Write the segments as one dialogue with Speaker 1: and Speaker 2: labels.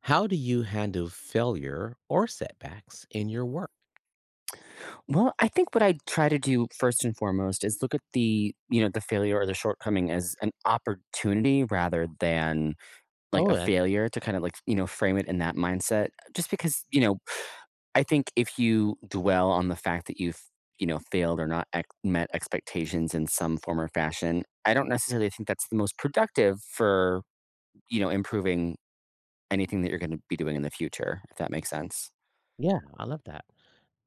Speaker 1: How do you handle failure or setbacks in your work?
Speaker 2: Well, I think what I try to do first and foremost is look at the failure or the shortcoming as an opportunity rather than like
Speaker 1: Oh,
Speaker 2: a
Speaker 1: that,
Speaker 2: failure to kind of frame it in that mindset. Just because I think if you dwell on the fact that you've failed or not ex- met expectations in some form or fashion, I don't necessarily think that's the most productive for improving anything that you're going to be doing in the future, if that makes sense.
Speaker 1: yeah, I love that.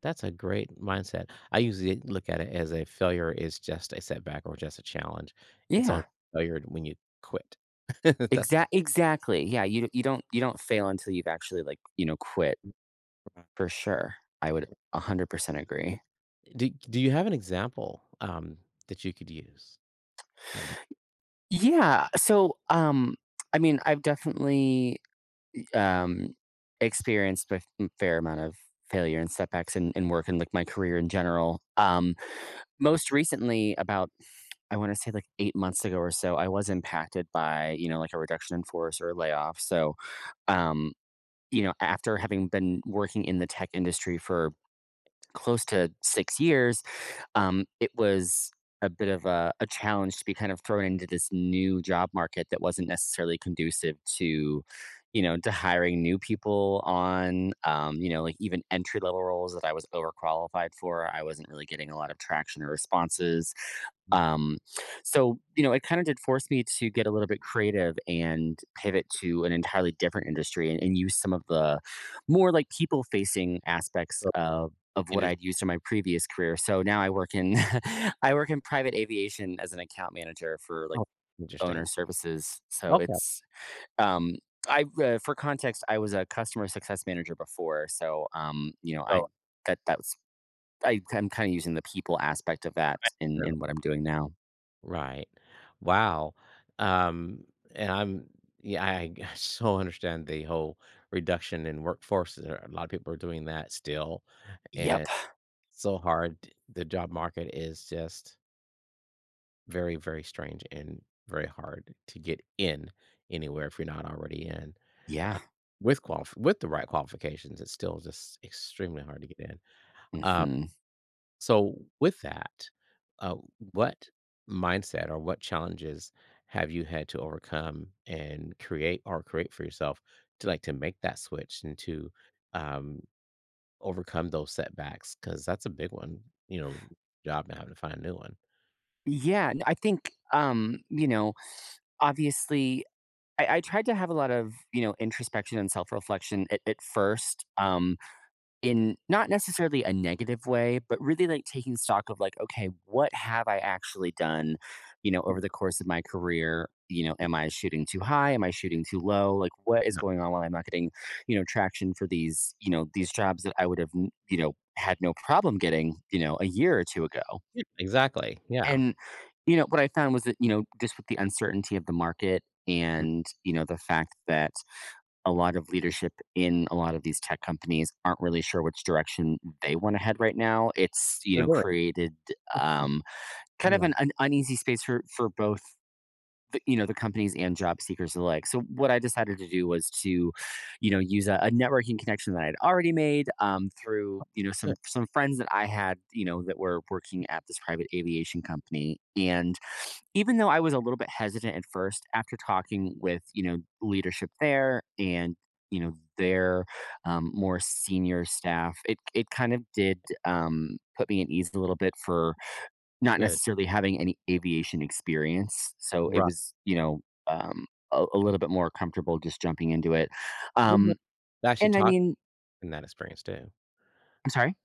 Speaker 1: That's a great mindset. I usually look at it as a failure is just a setback or just a challenge. It's only
Speaker 2: Yeah.
Speaker 1: failure when you quit. That's
Speaker 2: Exactly. Yeah, you don't you don't fail until you've actually, quit for sure. I would 100% agree.
Speaker 1: do you have an example that you could use? Um,
Speaker 2: Yeah, so, um, I mean, I've definitely, um, experienced a f fair amount of failure and setbacks in work and, like, my career in general. Most recently, I wanna say, like, 8 months ago or so, I was impacted by like, a reduction in force or a layoff, so, um, you know, after having been working in the tech industry for close to 6 years, it was a bit of a challenge to be kind of thrown into this new job market that wasn't necessarily conducive to you know to hiring new people on you know like even entry level roles that I was overqualified for I wasn't really getting a lot of traction or responses
Speaker 1: Mm,
Speaker 2: um, so you know it kind of did force me to get a little bit creative and pivot to an entirely different industry, and use some of the more like people facing aspects
Speaker 1: so
Speaker 2: of what
Speaker 1: inter
Speaker 2: I'd used in my previous career. So now I work in I work in private aviation as an account manager for like
Speaker 1: oh,
Speaker 2: owner
Speaker 1: interesting.
Speaker 2: services. So
Speaker 1: Okay,
Speaker 2: it's um I for context, I was a customer success manager before, you know, I
Speaker 1: so
Speaker 2: that was I'm kind of using the people aspect of that in what I'm doing now.
Speaker 1: Right. Wow. Um, and I'm yeah, I so understand the whole reduction in workforce, there are a lot of people are doing that still, and
Speaker 2: Yep.
Speaker 1: so hard. The job market is just very, very strange and very hard to get in anywhere if you're not already in. Uh,
Speaker 2: Yeah.
Speaker 1: with qualif with the right qualifications, it's still just extremely hard to get in. Uh,
Speaker 2: hmm
Speaker 1: so with that, uh, what mindset or what challenges have you had to overcome and create or create for yourself to like to make that switch and to um, overcome those setbacks because that's a big one, you know, job and having to find a new one.
Speaker 2: I think you know, obviously I tried to have a lot of, you know, introspection and self-reflection at first. In not necessarily a negative way, but really like taking stock of like, okay, what have I actually done, you know, over
Speaker 1: Mm,
Speaker 2: the course of my career? You know, am I shooting too high? Am I shooting too low? Like, what is
Speaker 1: no.
Speaker 2: going on while I'm not getting traction for these, these jobs that I would have, you know, had no problem getting, you know, a year or two ago.
Speaker 1: Yeah, exactly, yeah.
Speaker 2: And, you know, what I found was that, you know, just with the uncertainty of the market
Speaker 1: Mm,
Speaker 2: and, you know, the fact that a lot of leadership in a lot of these tech companies aren't really sure which direction they want to head right now. It's you
Speaker 1: we're
Speaker 2: know
Speaker 1: doing
Speaker 2: created um, kind of
Speaker 1: yeah,
Speaker 2: an uneasy space for both you know the companies and job seekers alike. So what I decided to do was to you know use a networking connection that I'd already made through you know
Speaker 1: good,
Speaker 2: some friends that I had you know that were working at this private aviation company and even though I was a little bit hesitant at first after talking with, you know, leadership there and, you know, their more senior staff, it kind of did put me at ease a little bit for not
Speaker 1: good.
Speaker 2: necessarily having any aviation experience. So it
Speaker 1: Right.
Speaker 2: was, you know, um, a little bit more comfortable just jumping into it.
Speaker 1: Wouldn't
Speaker 2: Um,
Speaker 1: it actually
Speaker 2: and I
Speaker 1: talk
Speaker 2: mean,
Speaker 1: in that experience too.
Speaker 2: I'm sorry.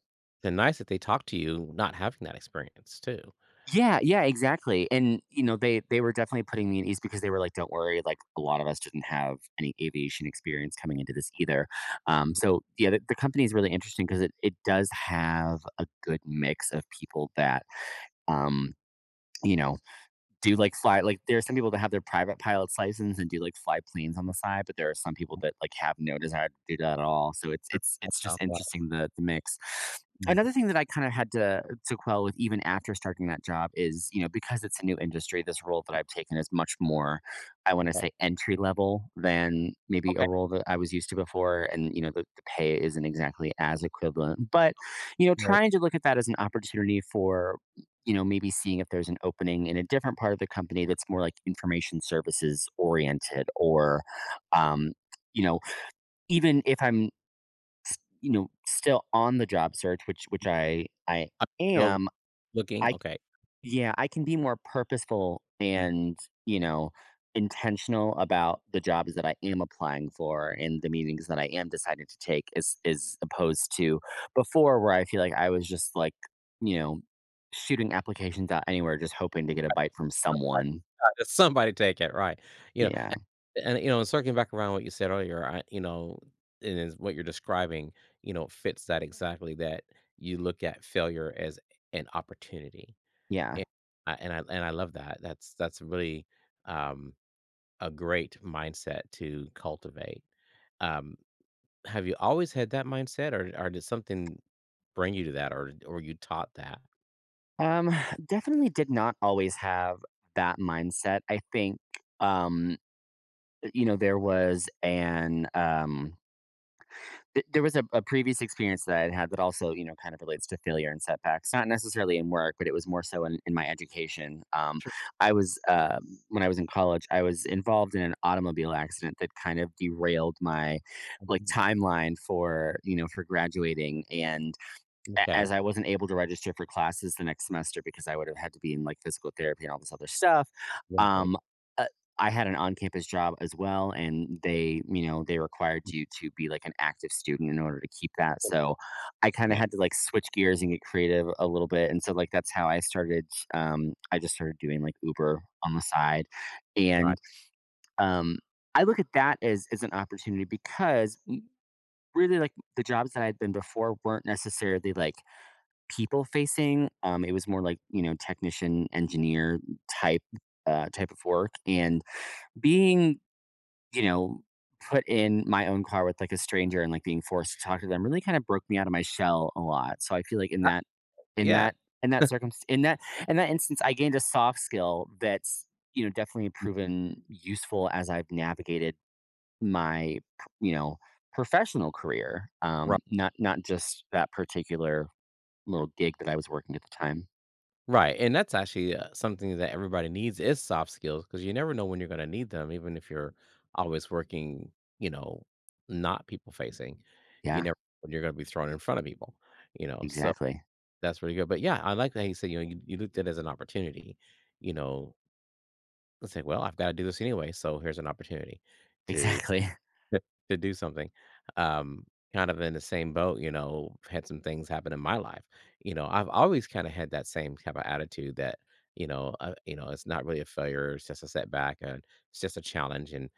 Speaker 1: It's nice that they talk to you not having that experience too.
Speaker 2: Yeah, yeah, exactly. And you know, they were definitely putting me at ease because they were like, "Don't worry, like a lot of us didn't have any aviation experience coming into this either." So yeah, the company is really interesting because it does have a good mix of people that um, you know do like fly like there are some people that have their private pilot's license and do like fly planes on the side, but there are some people that like have no desire to do that at all. So it's it's
Speaker 1: I
Speaker 2: it's
Speaker 1: know,
Speaker 2: just
Speaker 1: right.
Speaker 2: interesting the mix.
Speaker 1: Mm,
Speaker 2: Another thing that I kind of had to quell with even after starting that job is, you know, because it's a new industry, this role that I've taken is much more, I want to
Speaker 1: okay,
Speaker 2: say entry level than maybe a
Speaker 1: okay.
Speaker 2: role that I was used to before. And, you know, the pay isn't exactly as equivalent. But, you know,
Speaker 1: So,
Speaker 2: trying to look at that as an opportunity for you know, maybe seeing if there's an opening in a different part of the company that's more like information services oriented or, um, you know, even if you know, still on the job search, which I
Speaker 1: still
Speaker 2: am,
Speaker 1: looking,
Speaker 2: I
Speaker 1: okay.
Speaker 2: yeah, I can be more purposeful
Speaker 1: Mm.
Speaker 2: and, you know, intentional about the jobs that I am applying for and the meetings that I am deciding to take as opposed to before where I feel like I was just like, you know, shooting applications out anywhere just hoping to get a bite from
Speaker 1: Somebody
Speaker 2: someone.
Speaker 1: got it, somebody take it, right. You know,
Speaker 2: Yeah.
Speaker 1: and, you know, circling back around what you said earlier, I you know, and is what you're describing, you know, fits that exactly that you look at failure as an opportunity.
Speaker 2: Yeah.
Speaker 1: And and I love that. That's really, um, a great mindset to cultivate. Um, have you always had that mindset or did something bring you to that or you taught that?
Speaker 2: Um definitely did not always have that mindset. I think um you know there was there was a previous experience that I had had that also, you know, kind of relates to failure and setbacks, not necessarily in work, but it was more so in my education. I was, uh, when I was in college, I was involved in an automobile accident that kind of derailed my like
Speaker 1: Mhm.
Speaker 2: timeline for, you know, for graduating. And a
Speaker 1: Okay,
Speaker 2: as I wasn't able to register for classes the next semester because I would have had to be in, like, physical therapy and all this other stuff,
Speaker 1: right.
Speaker 2: um, uh, I had an on-campus job as well, and they, you know, they required you to be, like, an active student in order to keep that, so I kinda
Speaker 1: Yeah,
Speaker 2: had to, like, switch gears and get creative a little bit, and so, like, that's how I started, I just started doing, like, Uber on the side,
Speaker 1: right.
Speaker 2: and, um, I look at that as an opportunity because really, like, the jobs that I had been before weren't necessarily, like people facing. It was more like you know technician engineer type type of work, and being you know put in my own car with like a stranger and like being forced to talk to them really kind of broke me out of my shell a lot. So I feel like in
Speaker 1: Yeah,
Speaker 2: that in that circumstance, in that instance, I gained a soft skill that's you know definitely proven useful as I've navigated my you know professional career
Speaker 1: right.
Speaker 2: not just that particular little gig that I was working at the time
Speaker 1: Right, and that's actually, something that everybody needs is soft skills because you never know when you're gonna need them even if you're always working, you know, not people facing. You
Speaker 2: Yeah,
Speaker 1: never know when you're gonna be thrown in front of people, you know, so
Speaker 2: exactly.
Speaker 1: that's really good, but yeah, I like that he said, you know, you looked at it as an opportunity, you know, let's say, "Well, I've gotta do this anyway, so here's an opportunity to"
Speaker 2: Exactly.
Speaker 1: to to do something. Um, kind of in the same boat, you know, had some things happen in my life. You know, I've always kind of had that same type of attitude that, you know, it's not really a failure, it's just a setback and it's just a challenge. And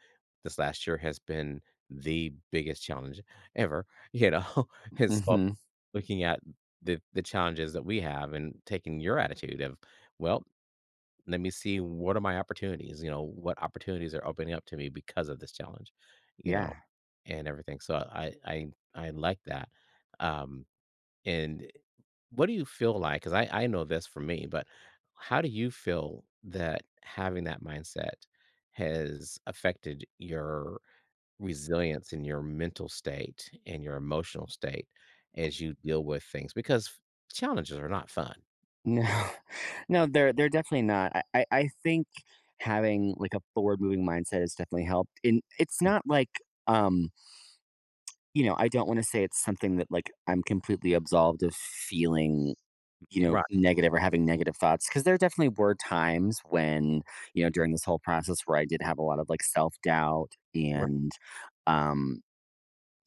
Speaker 1: this last year has been the biggest challenge ever, you know. And so
Speaker 2: Mhm.
Speaker 1: looking at the challenges that we have and taking your attitude of, well, let me see what are my opportunities, you know, what opportunities are opening up to me because of this challenge, you know,
Speaker 2: Yeah.
Speaker 1: and everything so I like that, um and what do you feel like because I know this for me but how do you feel that having that mindset has affected your resilience and your mental state and your emotional state as you deal with things because challenges are not fun.
Speaker 2: No. No, they're definitely not. I think having, like, a forward-moving mindset has definitely helped, and it's not like, um, you know, I don't wanna say it's something that, like, I'm completely absolved of feeling, you know,
Speaker 1: Right,
Speaker 2: negative or having negative thoughts because there definitely were times when, you know, during this whole process where I did have a lot of, like, self-doubt
Speaker 1: right.
Speaker 2: and, um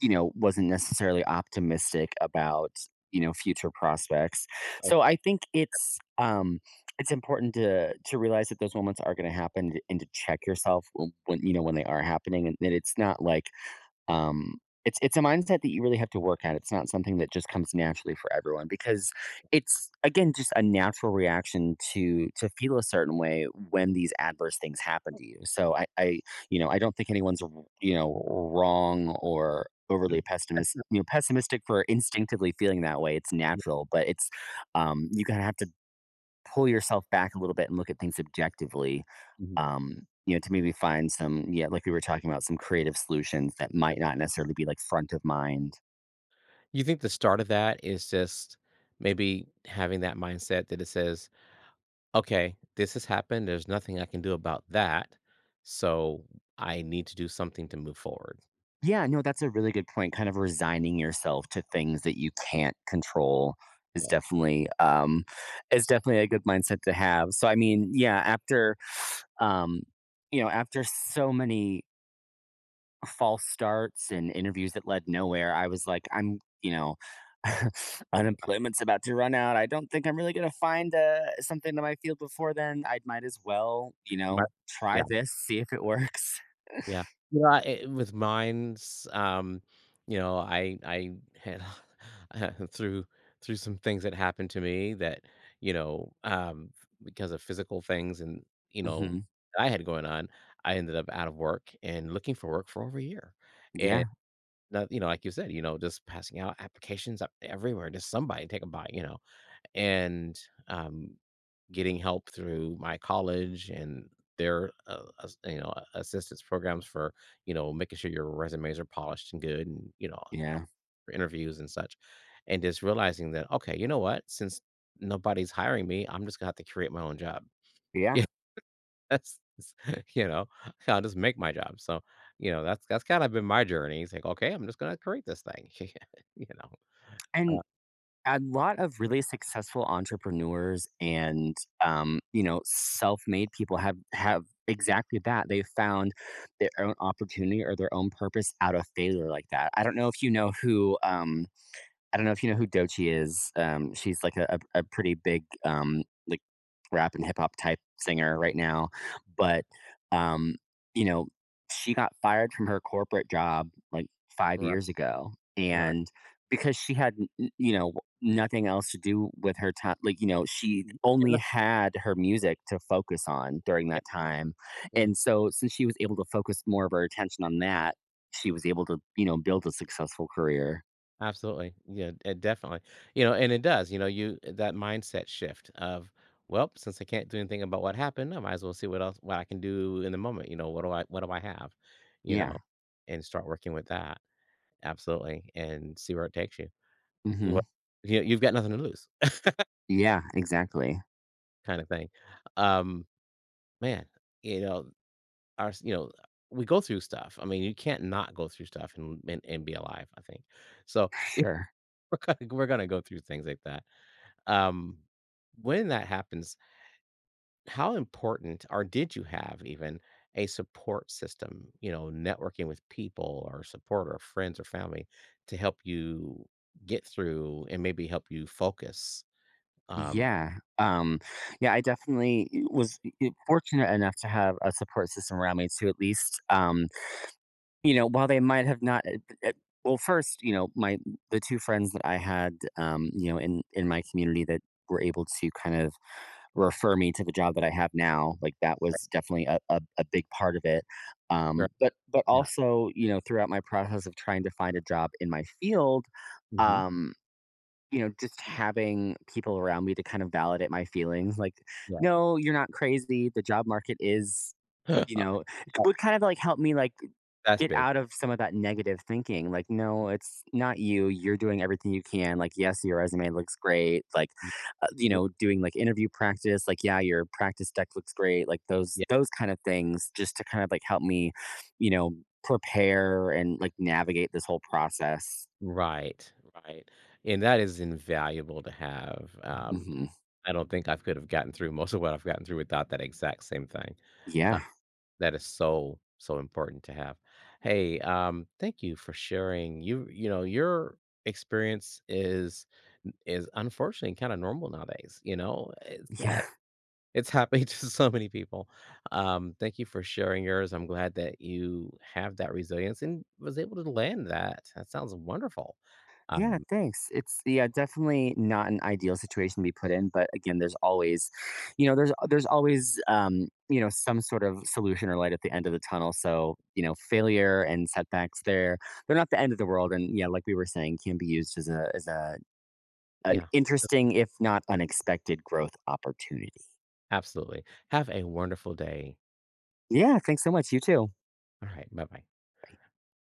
Speaker 2: you know, wasn't necessarily optimistic about, you know, future prospects. So I think it's important to realize that those moments are going to happen and to check yourself when you know when they are happening and that it's not like um, it's a mindset that you really have to work at. It's not something that just comes naturally for everyone because it's again just a natural reaction to feel a certain way when these adverse things happen to you. So I you know I don't think anyone's you know wrong or overly pessimist you know pessimistic for instinctively feeling that way. It's natural, but it's you kind of have to pull yourself back a little bit and look at things objectively
Speaker 1: Mhm.
Speaker 2: you know, to maybe find some, yeah, like we were talking about, some creative solutions that might not necessarily be like front of mind.
Speaker 1: You think the start of that is just maybe having that mindset that it says, "Okay, this has happened. There's nothing I can do about that, so I need to do something to move forward."
Speaker 2: Yeah, no, that's a really good point. Kind of resigning yourself to things that you can't control is
Speaker 1: Well,
Speaker 2: definitely a good mindset to have. So I mean, yeah, after um you know, after so many false starts and interviews that led nowhere, I was like, I'm, you know,
Speaker 1: right,
Speaker 2: unemployment's about to run out. I don't think I'm really going to find something in my field before then. I might as well, you know,
Speaker 1: right,
Speaker 2: try
Speaker 1: yeah.
Speaker 2: this, see if it works.
Speaker 1: Yeah. You know, I eh, with mines, you know, I had uh, through through some things that happened to me that, you know, because of physical things and, you know,
Speaker 2: hmm
Speaker 1: that I had going on, I ended up out of work and looking for work for over a year. And
Speaker 2: Yeah.
Speaker 1: not you know, like you said, you know, just passing out applications up everywhere, just somebody take a bite, you know? And, um getting help through my college and their as- you know assistance programs for you know making sure your resumes are polished and good and you know
Speaker 2: Yeah.
Speaker 1: for interviews and such and just realizing that okay you know what since nobody's hiring me I'm just gonna have to create my own job.
Speaker 2: Yeah.
Speaker 1: Yeah, that's- you know I'll just make my job so you know that's kind of been my journey it's like okay I'm just gonna create this thing. You know,
Speaker 2: And
Speaker 1: uh,
Speaker 2: a lot of really successful entrepreneurs and you know self-made people have exactly that they found their own opportunity or their own purpose out of failure like that I don't know if you know who I don't know if you know who Doechii is. She's like a pretty big, like, rap and hip hop type singer right now, but, um, you know, she got fired from her corporate job, like, 5
Speaker 1: right,
Speaker 2: years ago,
Speaker 1: right.
Speaker 2: and because she had n you know, nothing else to do with her time, like, you know, she only
Speaker 1: And
Speaker 2: had her music to focus on during that time,
Speaker 1: mm,
Speaker 2: and so since she was able to focus more of her attention on that, she was able to, you know, build a successful career.
Speaker 1: absolutely. Yeah, it definitely. You know, and it does, you know, you eh, that mindset shift of, well, since I can't do anything about what happened, I might as well see what else what I can do in the moment. You know, what do I have? You
Speaker 2: Yeah,
Speaker 1: know, and start working with that. Absolutely. And see where it takes you.
Speaker 2: mhm.
Speaker 1: What you know, you've got nothing to lose
Speaker 2: Yeah, exactly.
Speaker 1: kind of thing. Um, man, you know, our s- you know, we go through stuff. I mean, you can't not go through stuff and and be alive, I think. So
Speaker 2: Sure.
Speaker 1: we're gonna go through things like that. Um, when that happens, how important or did you have even a support system, you know, networking with people or support or friends or family to help you get through and maybe help you focus? Um,
Speaker 2: Yeah. Yeah, I definitely was fortunate enough to have a support system around me to at least, you know, while they might have not, uh, well, first, you know, the two friends that I had, you know, in my community that were able to kind of refer me to the job that I have now, like that was definitely a big part of it.
Speaker 1: right,
Speaker 2: But
Speaker 1: yeah.
Speaker 2: also, you know, throughout my process of trying to find a job in my field,
Speaker 1: Hmm.
Speaker 2: um, you know, just having people around me to kind of validate my feelings, like,
Speaker 1: Yeah.
Speaker 2: "No, you're not crazy. The job market is" you
Speaker 1: Uh,
Speaker 2: know, it would kind of like help me like
Speaker 1: that's
Speaker 2: get
Speaker 1: big.
Speaker 2: out of some of that negative thinking. Like, no, it's not you. You're doing everything you can. Like, yes, your resume looks great. Like, you
Speaker 1: Mhm.
Speaker 2: know, doing like interview practice. Like, yeah, your practice deck looks great. Like those
Speaker 1: Yeah.
Speaker 2: those kind of things, just to kind of like help me, you know, prepare and like navigate this whole process.
Speaker 1: Right. Right. And that is invaluable to have.
Speaker 2: hmm
Speaker 1: I don't think I could have gotten through most of what I've gotten through without that exact same thing.
Speaker 2: Yeah,
Speaker 1: That is so, so important to have. Hey, thank you for sharing. You know, your experience is unfortunately kind of normal nowadays, you know? It's that
Speaker 2: yeah.
Speaker 1: it's happening to so many people. Thank you for sharing yours. I'm glad that you have that resilience and was able to land that. That sounds wonderful.
Speaker 2: Yeah,
Speaker 1: Um,
Speaker 2: thanks. It's yeah, definitely not an ideal situation to be put in, but again, there's always, you know, there's always you know, some sort of solution or light at the end of the tunnel. So, you know, failure and setbacks there, they're not the end of the world and yeah, like we were saying, can be used as a an
Speaker 1: yeah,
Speaker 2: interesting if not unexpected growth opportunity.
Speaker 1: absolutely. Have a wonderful day.
Speaker 2: Yeah, thanks so much. You too.
Speaker 1: All right, bye-bye.
Speaker 2: Bye.